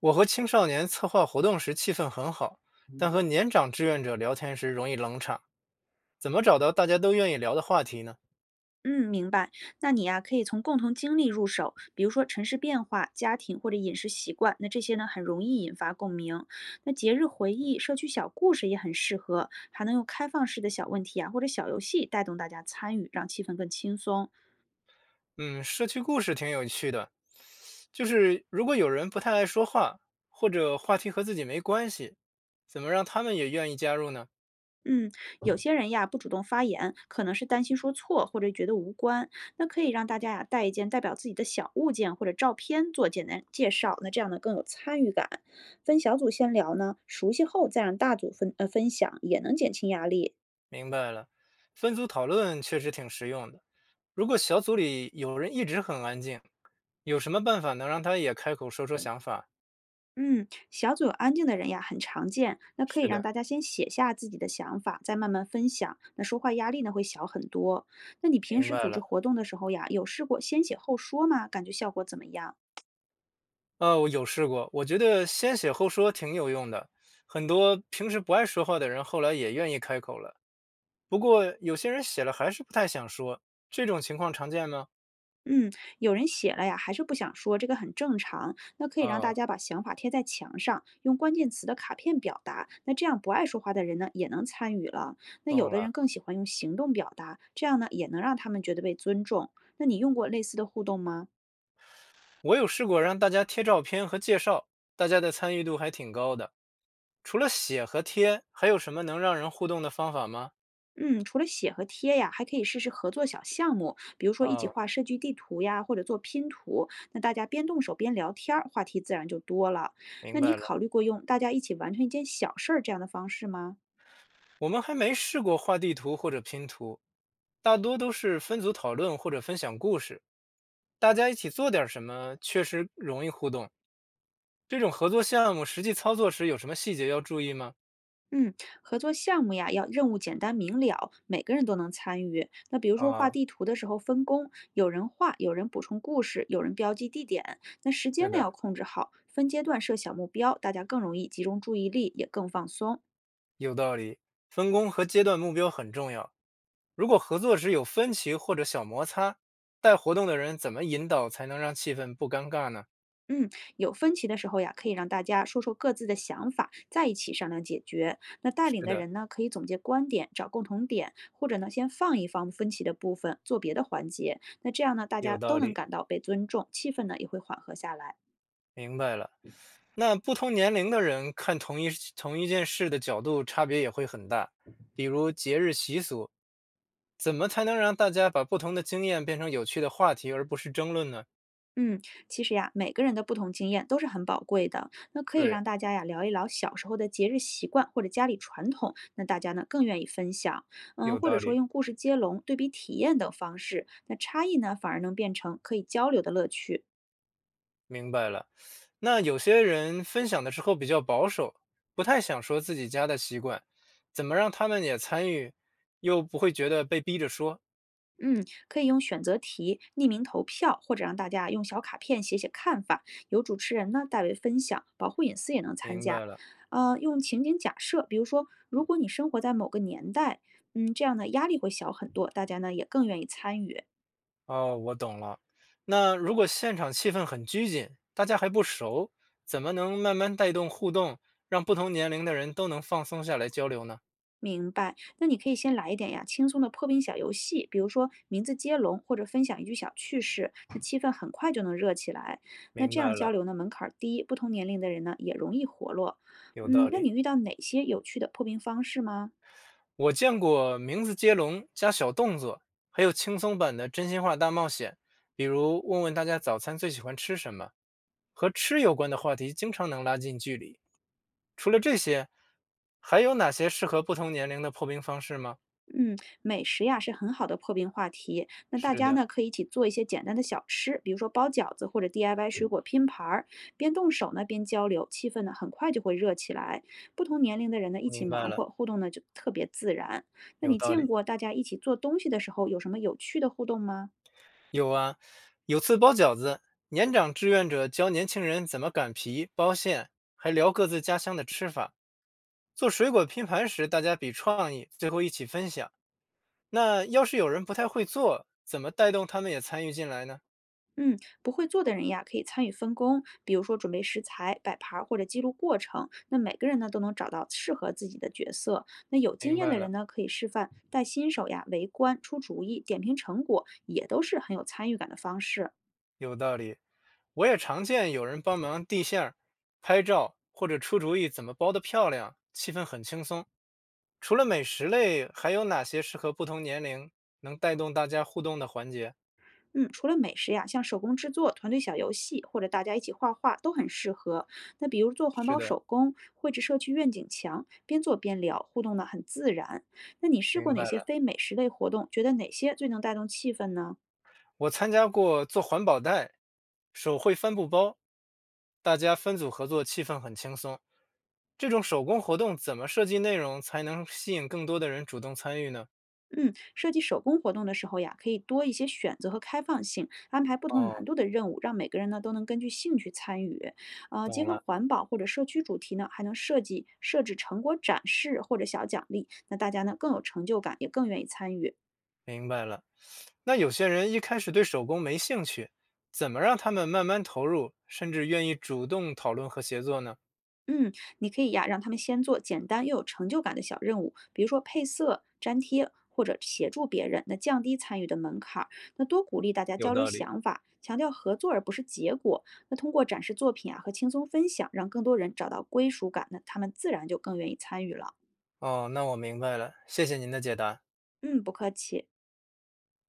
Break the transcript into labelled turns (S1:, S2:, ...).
S1: 我和青少年策划活动时气氛很好，但和年长志愿者聊天时容易冷场。怎么找到大家都愿意聊的话题呢？
S2: 嗯，明白。那你呀，可以从共同经历入手，比如说城市变化、家庭或者饮食习惯，那这些呢很容易引发共鸣。那节日回忆、社区小故事也很适合，还能用开放式的小问题啊或者小游戏带动大家参与，让气氛更轻松。
S1: 嗯，社区故事挺有趣的，就是如果有人不太爱说话，或者话题和自己没关系，怎么让他们也愿意加入呢？
S2: 嗯，有些人呀不主动发言，可能是担心说错或者觉得无关。那可以让大家呀带一件代表自己的小物件或者照片做简单介绍，那这样呢更有参与感。分小组先聊呢，熟悉后再让大组分享，也能减轻压力。
S1: 明白了，分组讨论确实挺实用的。如果小组里有人一直很安静，有什么办法能让他也开口说说想法？
S2: 嗯，小组有安静的人呀很常见，那可以
S1: 是
S2: 让
S1: 的，
S2: 大家先写下自己的想法，再慢慢分享，那说话压力呢会小很多。那你平
S1: 明
S2: 时
S1: 白
S2: 组织
S1: 了。
S2: 活动的时候呀，有试过先写后说吗？感觉效果怎么样？
S1: 我有试过，我觉得先写后说挺有用的，很多平时不爱说话的人后来也愿意开口了。不过有些人写了还是不太想说，这种情况常见吗？
S2: 嗯，有人写了呀，还是不想说，这个很正常。那可以让大
S1: 哦，
S2: 家把想法贴在墙上，用关键词的卡片表达。那这样不爱说话的人呢，也能参与了。那有
S1: 懂
S2: 的人
S1: 了。
S2: 更喜欢用行动表达，这样呢，也能让他们觉得被尊重。那你用过类似的互动吗？
S1: 我有试过让大家贴照片和介绍，大家的参与度还挺高的。除了写和贴，还有什么能让人互动的方法吗？
S2: 嗯，除了写和贴呀，还可以试试合作小项目，比如说一起
S1: 哦，
S2: 画社区地图呀，或者做拼图。那大家边动手边聊天儿，话题自然就多了。那
S1: 明
S2: 你
S1: 白了。
S2: 考虑过用大家一起完成一件小事儿这样的方式吗？
S1: 我们还没试过画地图或者拼图，大多都是分组讨论或者分享故事，大家一起做点什么，确实容易互动。这种合作项目实际操作时有什么细节要注意吗？
S2: 嗯，合作项目呀，要任务简单明了，每个人都能参与。那比如说画
S1: 啊，
S2: 地图的时候分工，有人画，有人补充故事，有人标记地点。那时
S1: 对
S2: 间呢
S1: 的，
S2: 要控制好，分阶段设小目标，大家更容易集中注意力，也更放松。
S1: 有道理。分工和阶段目标很重要。如果合作时有分歧或者小摩擦，带活动的人怎么引导才能让气氛不尴尬呢？
S2: 嗯，有分歧的时候呀，可以让大家说说各自的想法，在一起商量解决。那带领
S1: 是
S2: 的
S1: 的，
S2: 人呢，可以总结观点，找共同点，或者呢，先放一放分歧的部分，做别的环节。那这样呢，大
S1: 有
S2: 家
S1: 道
S2: 都能
S1: 理，
S2: 感到被尊重，气氛呢也会缓和下来。
S1: 明白了。那不同年龄的人看同一事同一件事的角度差别也会很大。比如节日习俗，怎么才能让大家把不同的经验变成有趣的话题，而不是争论呢？
S2: 嗯，其实呀，每个人的不同经验都是很宝贵的。那可以
S1: 对，
S2: 让大家呀聊一聊小时候的节日习惯或者家里传统，那大家呢更愿意分享。嗯，
S1: 有
S2: 或者
S1: 道
S2: 说
S1: 理，
S2: 用故事接龙、对比体验等方式，那差异呢反而能变成可以交流的乐趣。
S1: 明白了。那有些人分享的时候比较保守，不太想说自己家的习惯，怎么让他们也参与，又不会觉得被逼着说？
S2: 嗯，可以用选择题、匿名投票，或者让大家用小卡片写写看法，由主持人呢代为分享，保护隐私也能参
S1: 明
S2: 加。
S1: 白了。
S2: 用情景假设，比如说，如果你生活在某个年代，嗯，这样呢压力会小很多，大家呢也更愿意参与。
S1: 哦，我懂了。那如果现场气氛很拘谨，大家还不熟，怎么能慢慢带动互动，让不同年龄的人都能放松下来交流呢？
S2: 明白，那你可以先来一点呀，轻松的破冰小游戏，比如说名字接龙或者分享一句小趣事，那气氛很快就能热起来。那
S1: 明
S2: 这样
S1: 白
S2: 交
S1: 了，
S2: 流呢，门槛儿低，不同年龄的人呢也容易活络。
S1: 有道
S2: 嗯，那
S1: 理。
S2: 你遇到哪些有趣的破冰方式吗？
S1: 我见过名字接龙加小动作，还有轻松版的真心话大冒险，比如问问大家早餐最喜欢吃什么，和吃有关的话题经常能拉近距离。除了这些，还有哪些适合不同年龄的破冰方式吗？
S2: 嗯，美食呀是很好的破冰话题。那大
S1: 是
S2: 家
S1: 的，
S2: 呢可以一起做一些简单的小吃，比如说包饺子或者 DIY 水果拼盘儿，边动手呢边交流，气氛呢很快就会热起来。不同年龄的人呢一起
S1: 明白
S2: 忙
S1: 了，
S2: 活，互动呢就特别自然。那
S1: 有
S2: 你
S1: 道
S2: 见
S1: 理。
S2: 过大家一起做东西的时候有什么有趣的互动吗？
S1: 有啊，有次包饺子，年长志愿者教年轻人怎么擀皮、包馅，还聊各自家乡的吃法。做水果拼盘时，大家比创意，最后一起分享。那要是有人不太会做，怎么带动他们也参与进来呢？
S2: 嗯，不会做的人呀，可以参与分工，比如说准备食材、摆盘儿或者记录过程。那每个人呢都能找到适合自己的角色。那有经
S1: 明
S2: 验
S1: 白
S2: 的
S1: 了，
S2: 人呢，可以示范带新手呀围观、出主意、点评成果，也都是很有参与感的方式。
S1: 有道理。我也常见有人帮忙递馅儿、拍照，或者出主意怎么包得漂亮，气氛很轻松。除了美食类，还有哪些适合不同年龄能带动大家互动的环节？
S2: 嗯，除了美食呀，像手工制作、团队小游戏或者大家一起画画都很适合。那比如做环
S1: 是
S2: 保
S1: 的，
S2: 手工，绘制社区愿景墙，边做边聊，互动呢很自然。那你试过
S1: 明
S2: 哪
S1: 白
S2: 些
S1: 了，
S2: 非美食类活动？觉得哪些最能带动气氛呢？
S1: 我参加过做环保袋、手绘帆布包，大家分组合作，气氛很轻松。这种手工活动怎么设计内容才能吸引更多的人主动参与呢？
S2: 嗯，设计手工活动的时候呀，可以多一些选择和开放性，安排不同难
S1: 哦，
S2: 度的任务，让每个人呢都能根据兴趣参与。结
S1: 懂
S2: 合
S1: 了，
S2: 环保或者社区主题呢，还能设置成果展示或者小奖励，那大家呢更有成就感，也更愿意参与。
S1: 明白了。那有些人一开始对手工没兴趣，怎么让他们慢慢投入，甚至愿意主动讨论和协作呢？
S2: 嗯，你可以呀，让他们先做简单又有成就感的小任务，比如说配色、粘贴或者协助别人，那降低参与的门槛儿。那多鼓励大家
S1: 有
S2: 交流
S1: 道理。
S2: 想法，强调合作而不是结果。那通过展示作品啊和轻松分享，让更多人找到归属感，那他们自然就更愿意参与了。
S1: 哦，那我明白了，谢谢您的解答。
S2: 嗯，不客气。